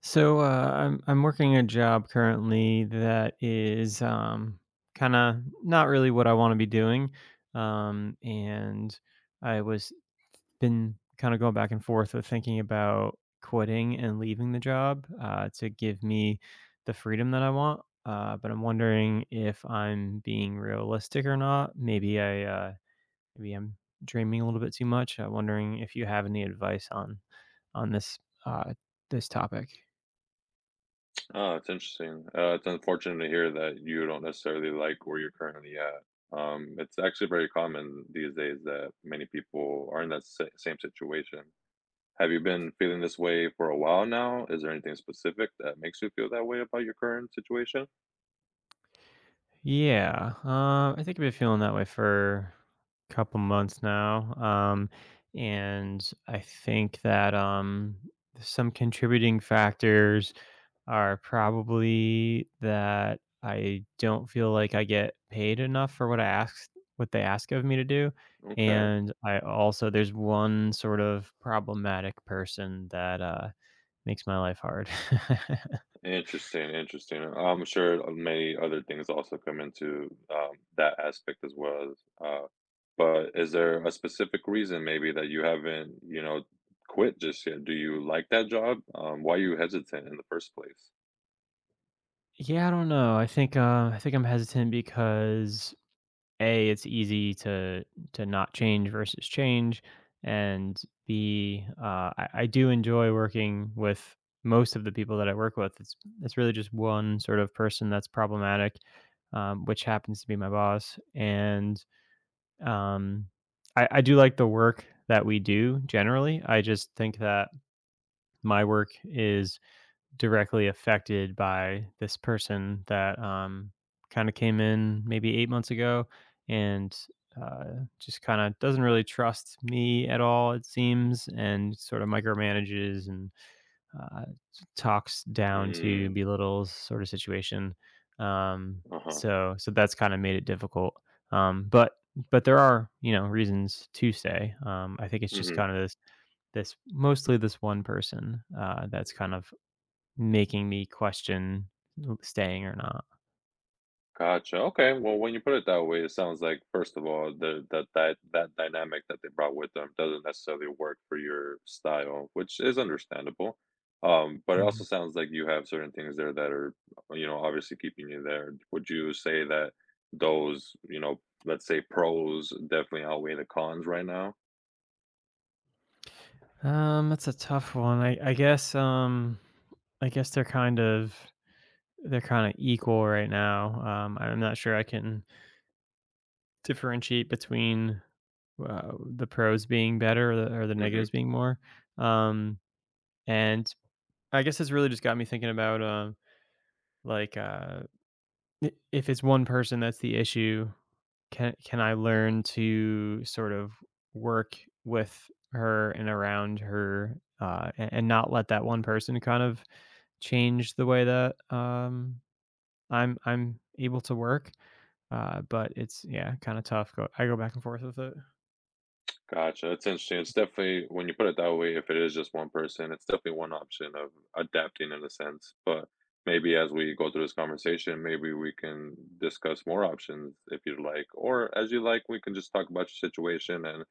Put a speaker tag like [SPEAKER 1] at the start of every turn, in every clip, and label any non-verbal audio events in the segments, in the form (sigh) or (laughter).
[SPEAKER 1] So I'm working a job currently that is kind of not really what I want to be doing, and I was been kind of going back and forth with thinking about quitting and leaving the job to give me the freedom that I want. But I'm wondering if I'm being realistic or not. Maybe I'm dreaming a little bit too much. I'm wondering if you have any advice on on uh, this topic.
[SPEAKER 2] Oh, it's interesting. It's unfortunate to hear that you don't necessarily like where you're currently at. It's actually very common these days that many people are in that same situation. Have you been feeling this way for a while now? Is there anything specific that makes you feel that way about your current situation?
[SPEAKER 1] Yeah, I think I've been feeling that way for a couple months now, and I think that some contributing factors are probably that I don't feel like I get paid enough for what I ask, what they ask of me to do,
[SPEAKER 2] Okay.
[SPEAKER 1] and I also there's one sort of problematic person that makes my life hard. (laughs)
[SPEAKER 2] Interesting, interesting. I'm sure many other things also come into, that aspect as well, uh, but is there a specific reason maybe that you haven't, you know, quit just yet? Do you like that job? Why are you hesitant in the first place?
[SPEAKER 1] Yeah, I don't know. I think I'm hesitant because A, it's easy to not change versus change, and B, I do enjoy working with most of the people that I work with. It's really just one sort of person that's problematic, which happens to be my boss. And um, I do like the work that we do generally. I just think that my work is directly affected by this person that kind of came in maybe 8 months ago and uh, just kind of doesn't really trust me at all, it seems, and sort of micromanages and uh, talks down to
[SPEAKER 2] Mm,
[SPEAKER 1] belittles sort of situation. Um,
[SPEAKER 2] uh-huh,
[SPEAKER 1] so that's kind of made it difficult. Um, but but there are you know reasons to stay. I think it's just
[SPEAKER 2] mhm.
[SPEAKER 1] kind of this mostly this one person that's kind of making me question staying or not.
[SPEAKER 2] Gotcha. Okay. Well, when you put it that way, it sounds like first of all, the that that that dynamic that they brought with them doesn't necessarily work for your style, which is understandable. But it also
[SPEAKER 1] Mhm.
[SPEAKER 2] sounds like you have certain things there that are, you know, obviously keeping you there. Would you say that those, you know, let's say pros definitely outweigh the cons right now?
[SPEAKER 1] That's a tough one. I guess, I guess they're kind of they're kinda equal right now. I'm not sure I can differentiate between, the pros being better or the negatives
[SPEAKER 2] Hmm.
[SPEAKER 1] being more. Um, and I guess it's really just got me thinking about. Like, I if it's one person that's the issue, can I learn to sort of work with her and around her, and not let that one person kind of change the way that, I'm able to work? But it's, yeah, kinda tough. Go I go back and forth with it.
[SPEAKER 2] Gotcha. That's interesting. It's definitely when you put it that way, if it is just one person, it's definitely one option of adapting in a sense. But maybe as we go through this conversation, maybe we can discuss more options if you'd like, or as you like, we can just talk about your situation. And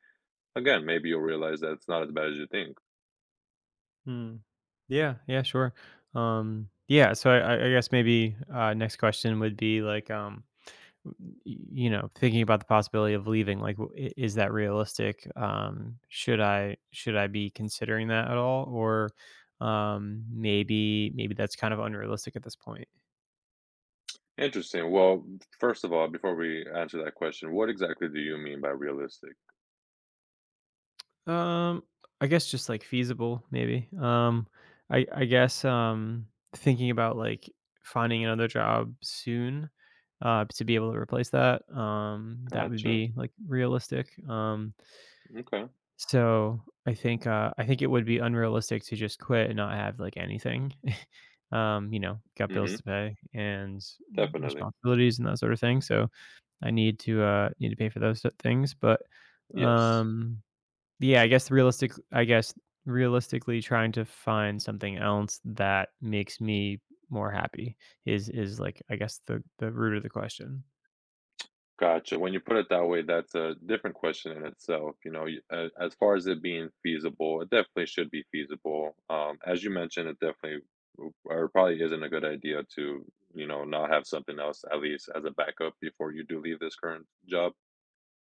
[SPEAKER 2] again, maybe you'll realize that it's not as bad as you think.
[SPEAKER 1] Hmm. Yeah, yeah, sure. Yeah, so I guess maybe, next question would be like, um, you know, thinking about the possibility of leaving, like is that realistic? Should I be considering that at all? Or maybe that's kind of unrealistic at this point.
[SPEAKER 2] Interesting. Well, first of all, before we answer that question, what exactly do you mean by realistic?
[SPEAKER 1] um I guess just like feasible maybe. I guess thinking about like finding another job soon, to be able to replace that, that would
[SPEAKER 2] Gotcha.
[SPEAKER 1] be like realistic.
[SPEAKER 2] Okay.
[SPEAKER 1] So, I think it would be unrealistic to just quit and not have, like, anything. (laughs) You know, got bills
[SPEAKER 2] Mm-hmm.
[SPEAKER 1] to pay and
[SPEAKER 2] Definitely.
[SPEAKER 1] responsibilities and that sort of thing, so I need to, need to pay for those things, but,
[SPEAKER 2] Yes.
[SPEAKER 1] um, yeah, I guess realistically trying to find something else that makes me more happy is, like, I guess the root of the question.
[SPEAKER 2] Gotcha. When you put it that way, that's a different question in itself. You know, as far as it being feasible, it definitely should be feasible. As you mentioned, it definitely or probably isn't a good idea to, you know, not have something else at least as a backup before you do leave this current job.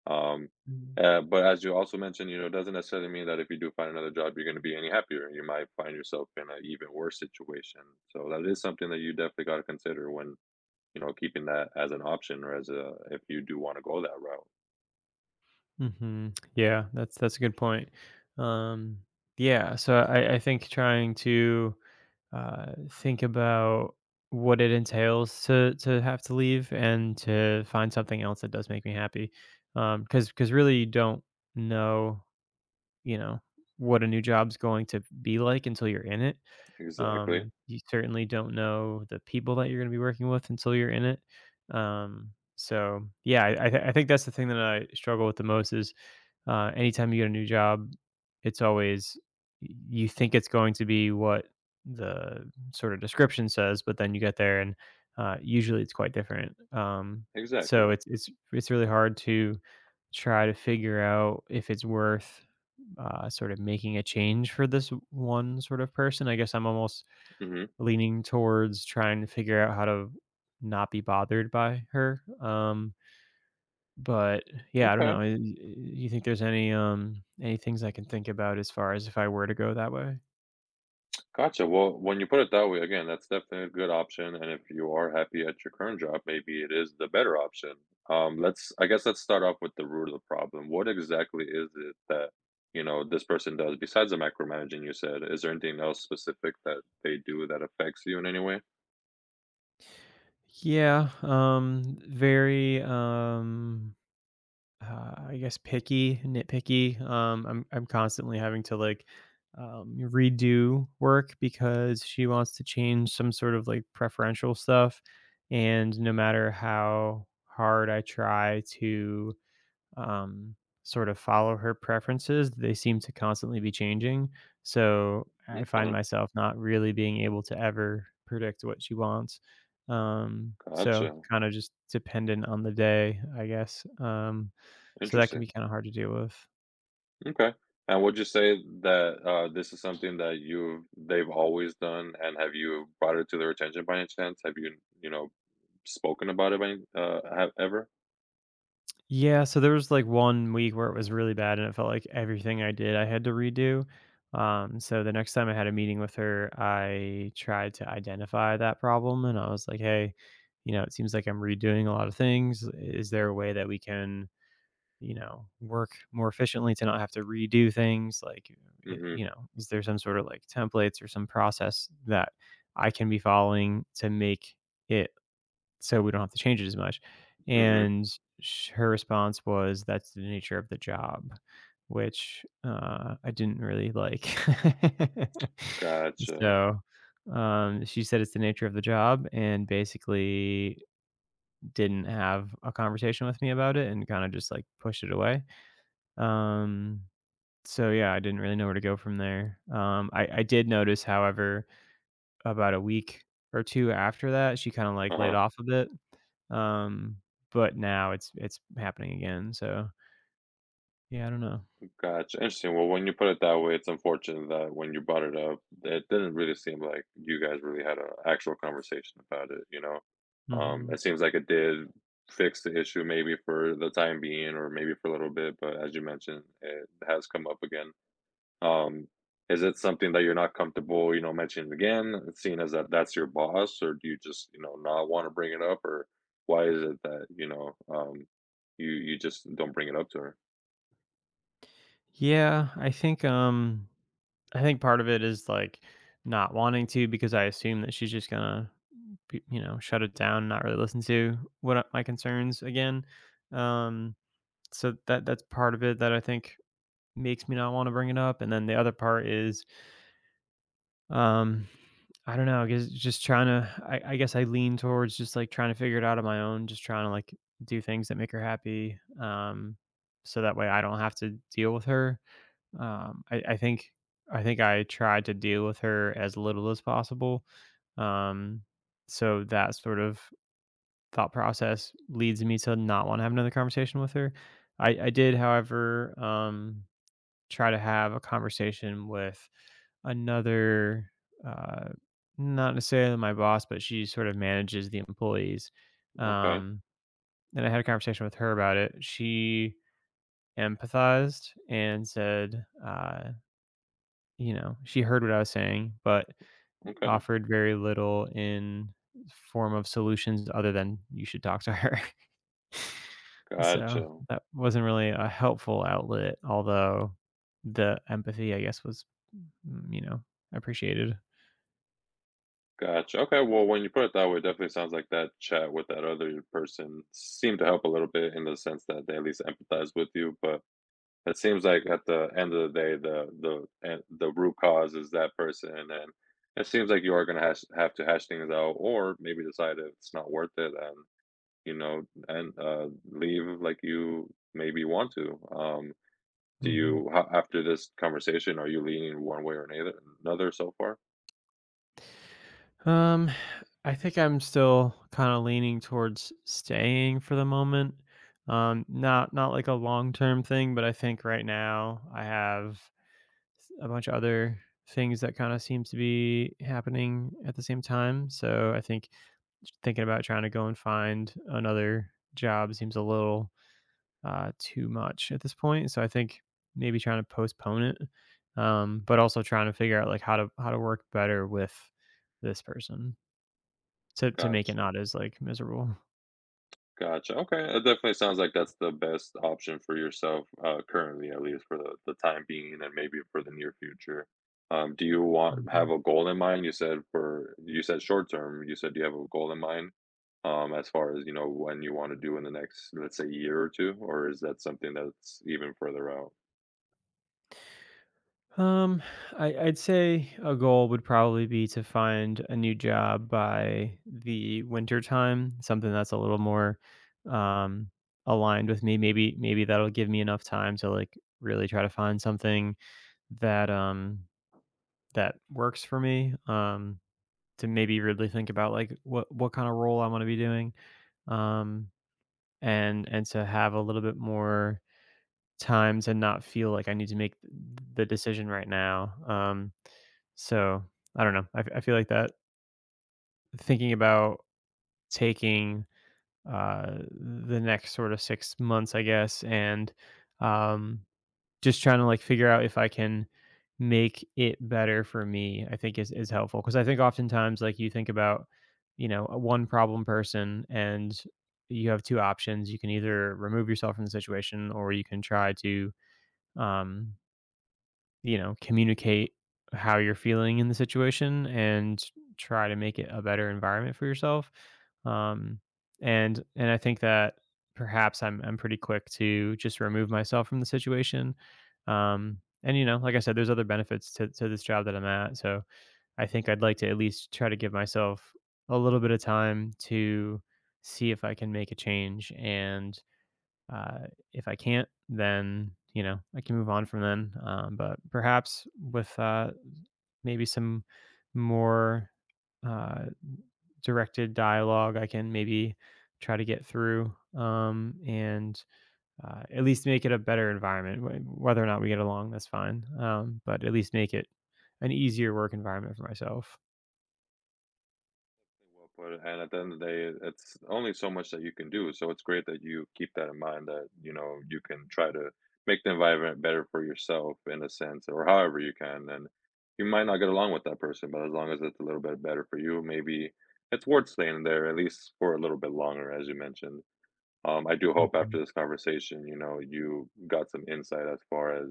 [SPEAKER 2] Um, but as you also mentioned, you know, it doesn't necessarily mean that if you do find another job, you're going to be any happier. You might find yourself in an even worse situation. So that is something that you definitely got to consider when you know, keeping that as an option or as a if you do wanna go that route.
[SPEAKER 1] Mhm. Yeah, that's a good point. Um, yeah, so I think trying to think about what it entails to have to leave and to find something else that does make me happy, because really you don't know you know what a new job's going to be like until you're in it,
[SPEAKER 2] Exactly,
[SPEAKER 1] you certainly don't know the people that you're going to be working with until you're in it. So yeah, I think that's the thing that I struggle with the most is anytime you get a new job, it's always you think it's going to be what the sort of description says, but then you get there and usually it's quite different. So
[SPEAKER 2] exactly.
[SPEAKER 1] it's really hard to try to figure out if it's worth sort of making a change for this one sort of person. I guess I'm almost
[SPEAKER 2] Mhm.
[SPEAKER 1] leaning towards trying to figure out how to not be bothered by her, but yeah, I don't know,
[SPEAKER 2] Okay,
[SPEAKER 1] I y you think there's any things I can think about as far as if I were to go that way?
[SPEAKER 2] gotcha. Well, when you put it that way, again, that's definitely a good option, and if you are happy at your current job, maybe it is the better option. Let's I guess let's start off with the root of the problem. What exactly is it that, you know, this person does besides the micromanaging you said? Is there anything else specific that they do that affects you in any way?
[SPEAKER 1] Yeah, I guess picky, nitpicky. I'm constantly having to like redo work because she wants to change some sort of like preferential stuff, and no matter how hard I try to um, sort of follow her preferences. They seem to constantly be changing. So I find
[SPEAKER 2] Okay,
[SPEAKER 1] myself not really being able to ever predict what she wants. So
[SPEAKER 2] gotcha.
[SPEAKER 1] kind of just dependent on the day, I guess. So that can
[SPEAKER 2] Interesting.
[SPEAKER 1] be kind of hard to deal with.
[SPEAKER 2] Okay. And would you say that this is something that you they've always done, and have you brought it to their attention by any chance? Have you you know spoken about it by any, have ever?
[SPEAKER 1] Yeah, so there was like 1 week where it was really bad and it felt like everything I did I had to redo. So the next time I had a meeting with her, I tried to identify that problem and I was like, hey, you know, it seems like I'm redoing a lot of things. Is there a way that we can, you know, work more efficiently to not have to redo things? Like,
[SPEAKER 2] Mm-hmm.
[SPEAKER 1] you know, is there some sort of like templates or some process that I can be following to make it so we don't have to change it as much.
[SPEAKER 2] Mm-hmm.
[SPEAKER 1] And sh her response was, "That's the nature of the job," which, I didn't really like. (laughs)
[SPEAKER 2] Gotcha.
[SPEAKER 1] So, she said it's the nature of the job and basically didn't have a conversation with me about it and kinda just, like, pushed it away. Um, so yeah, I didn't really know where to go from there. I did notice, however, about a week or 2 after that, she kinda, like, laid
[SPEAKER 2] Uh-huh.
[SPEAKER 1] off a bit, um, but now it's happening again, so, yeah, I don't know.
[SPEAKER 2] Gotcha. Interesting. Well, when you put it that way, it's unfortunate that when you brought it up, it didn't really seem like you guys really had an actual conversation about it, you know?
[SPEAKER 1] Mhm.
[SPEAKER 2] It seems like it did fix the issue maybe for the time being or maybe for a little bit, but as you mentioned, it has come up again. Um, is it something that you're not comfortable, you know, mentioning again, seeing as that that's your boss, or do you just, you know, not want to bring it up, or why is it that, you know, you you just don't bring it up to her?
[SPEAKER 1] Yeah, I think part of it is, like, not wanting to because I assume that she's just gonna be, you know, shut it down, not really listen to what, my concerns again, um, so that that's part of it that I think makes me not wanna bring it up, and then the other part is, um, I don't know, I guess just trying to I guess I lean towards just, like, trying to figure it out on my own, just trying to, like, do things that make her happy, so that way I don't have to deal with her. I think I think I tried to deal with her as little as possible, um, so that sort of thought process leads me to not wanna have another conversation with her. I did, however, try to have a conversation with another uh not necessarily my boss, but she sort of manages the employees,
[SPEAKER 2] Okay,
[SPEAKER 1] um and I had a conversation with her about it. She empathized and said, you know, she heard what I was saying, but
[SPEAKER 2] okay,
[SPEAKER 1] offered very little in form of solutions other than you should talk to her. So,
[SPEAKER 2] gotcha,
[SPEAKER 1] that wasn't really a helpful outlet, although the empathy, I guess, was, you know, appreciated.
[SPEAKER 2] gotcha. Okay, well, when you put it that way, it definitely sounds like that chat with that other person seemed to help a little bit in the sense that they at least empathize with you, but it seems like at the end of the day, the root cause is that person, and then it seems like you are gonna hash have to hash things out, or maybe decide if it's not worth it, and you know, and leave like you maybe want to. Do
[SPEAKER 1] Mhm.
[SPEAKER 2] you after this conversation, are you leaning one way or another? Another so far?
[SPEAKER 1] Um, I think I'm still kinda leaning towards staying for the moment. Not not like a long-term thing, but I think right now I have a bunch of other things that kind of seems to be happening at the same time. So I think thinking about trying to go and find another job seems a little too much at this point. So I think maybe trying to postpone it, but also trying to figure out like how to work better with this person to make it
[SPEAKER 2] Gotcha.
[SPEAKER 1] not as like miserable.
[SPEAKER 2] Gotcha, okay, it definitely sounds like that's the best option for yourself, currently, at least for the time being and maybe for the near future. Do you want
[SPEAKER 1] Mm-hmm.
[SPEAKER 2] have a goal in mind? You said for you said short term, you said you have a goal in mind, as far as, you know, when you wanna do in the next, let's say, year or 2, or is that something that's even further out?
[SPEAKER 1] Um, I'd say a goal would probably be to find a new job by the winter time, something that's a little more um, aligned with me. Maybe maybe that'll give me enough time to like really try to find something that that works for me. To maybe really think about like what kind of role I want to be doing. Um, and to have a little bit more times and not feel like I need to make th the decision right now, so I don't know. I feel like that thinking about taking, the next sort of 6 months, I guess, and, um, just trying to, like, figure out if I can make it better for me, I think is helpful because I think oftentimes, like, you think about, you know, a one problem person and you have 2 options. You can either remove yourself from the situation or you can try to, um you know, communicate how you're feeling in the situation and try to make it a better environment for yourself. Um, and I think that perhaps I'm pretty quick to just remove myself from the situation. And you know, like I said, there's other benefits to this job that I'm at. So I think I'd like to at least try to give myself a little bit of time to see if I can make a change and uh, if I can't, then, you know, I can move on from then. But perhaps with maybe some more uh, directed dialogue, I can maybe try to get through, and at least make it a better environment. Whether or not we get along, that's fine. But at least make it an easier work environment for myself.
[SPEAKER 2] Well put, and at the end of the day, it's only so much that you can do. So it's great that you keep that in mind that, you know, you can try to make the environment better for yourself in a sense, or however you can. And you might not get along with that person, but as long as it's a little bit better for you, maybe it's worth staying there at least for a little bit longer, as you mentioned. I do hope after
[SPEAKER 1] Mhm.
[SPEAKER 2] this conversation, you know, you got some insight as far as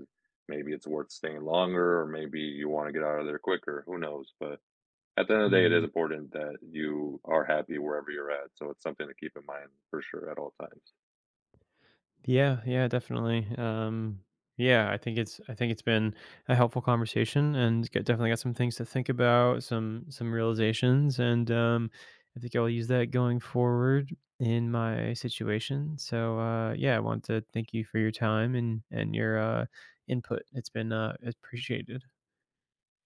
[SPEAKER 2] maybe it's worth staying longer, or maybe you want to get out of there quicker. Who knows? But at the end of the day, it is
[SPEAKER 1] Mhm.
[SPEAKER 2] important that you are happy wherever you're at, so it's something to keep in mind for sure at all times.
[SPEAKER 1] Yeah, yeah, definitely. Yeah, I think it's been a helpful conversation, and it's got, definitely got some things to think about, some realizations, and I think I'll use that going forward in my situation. So yeah, I want to thank you for your time and your input. It's been appreciated.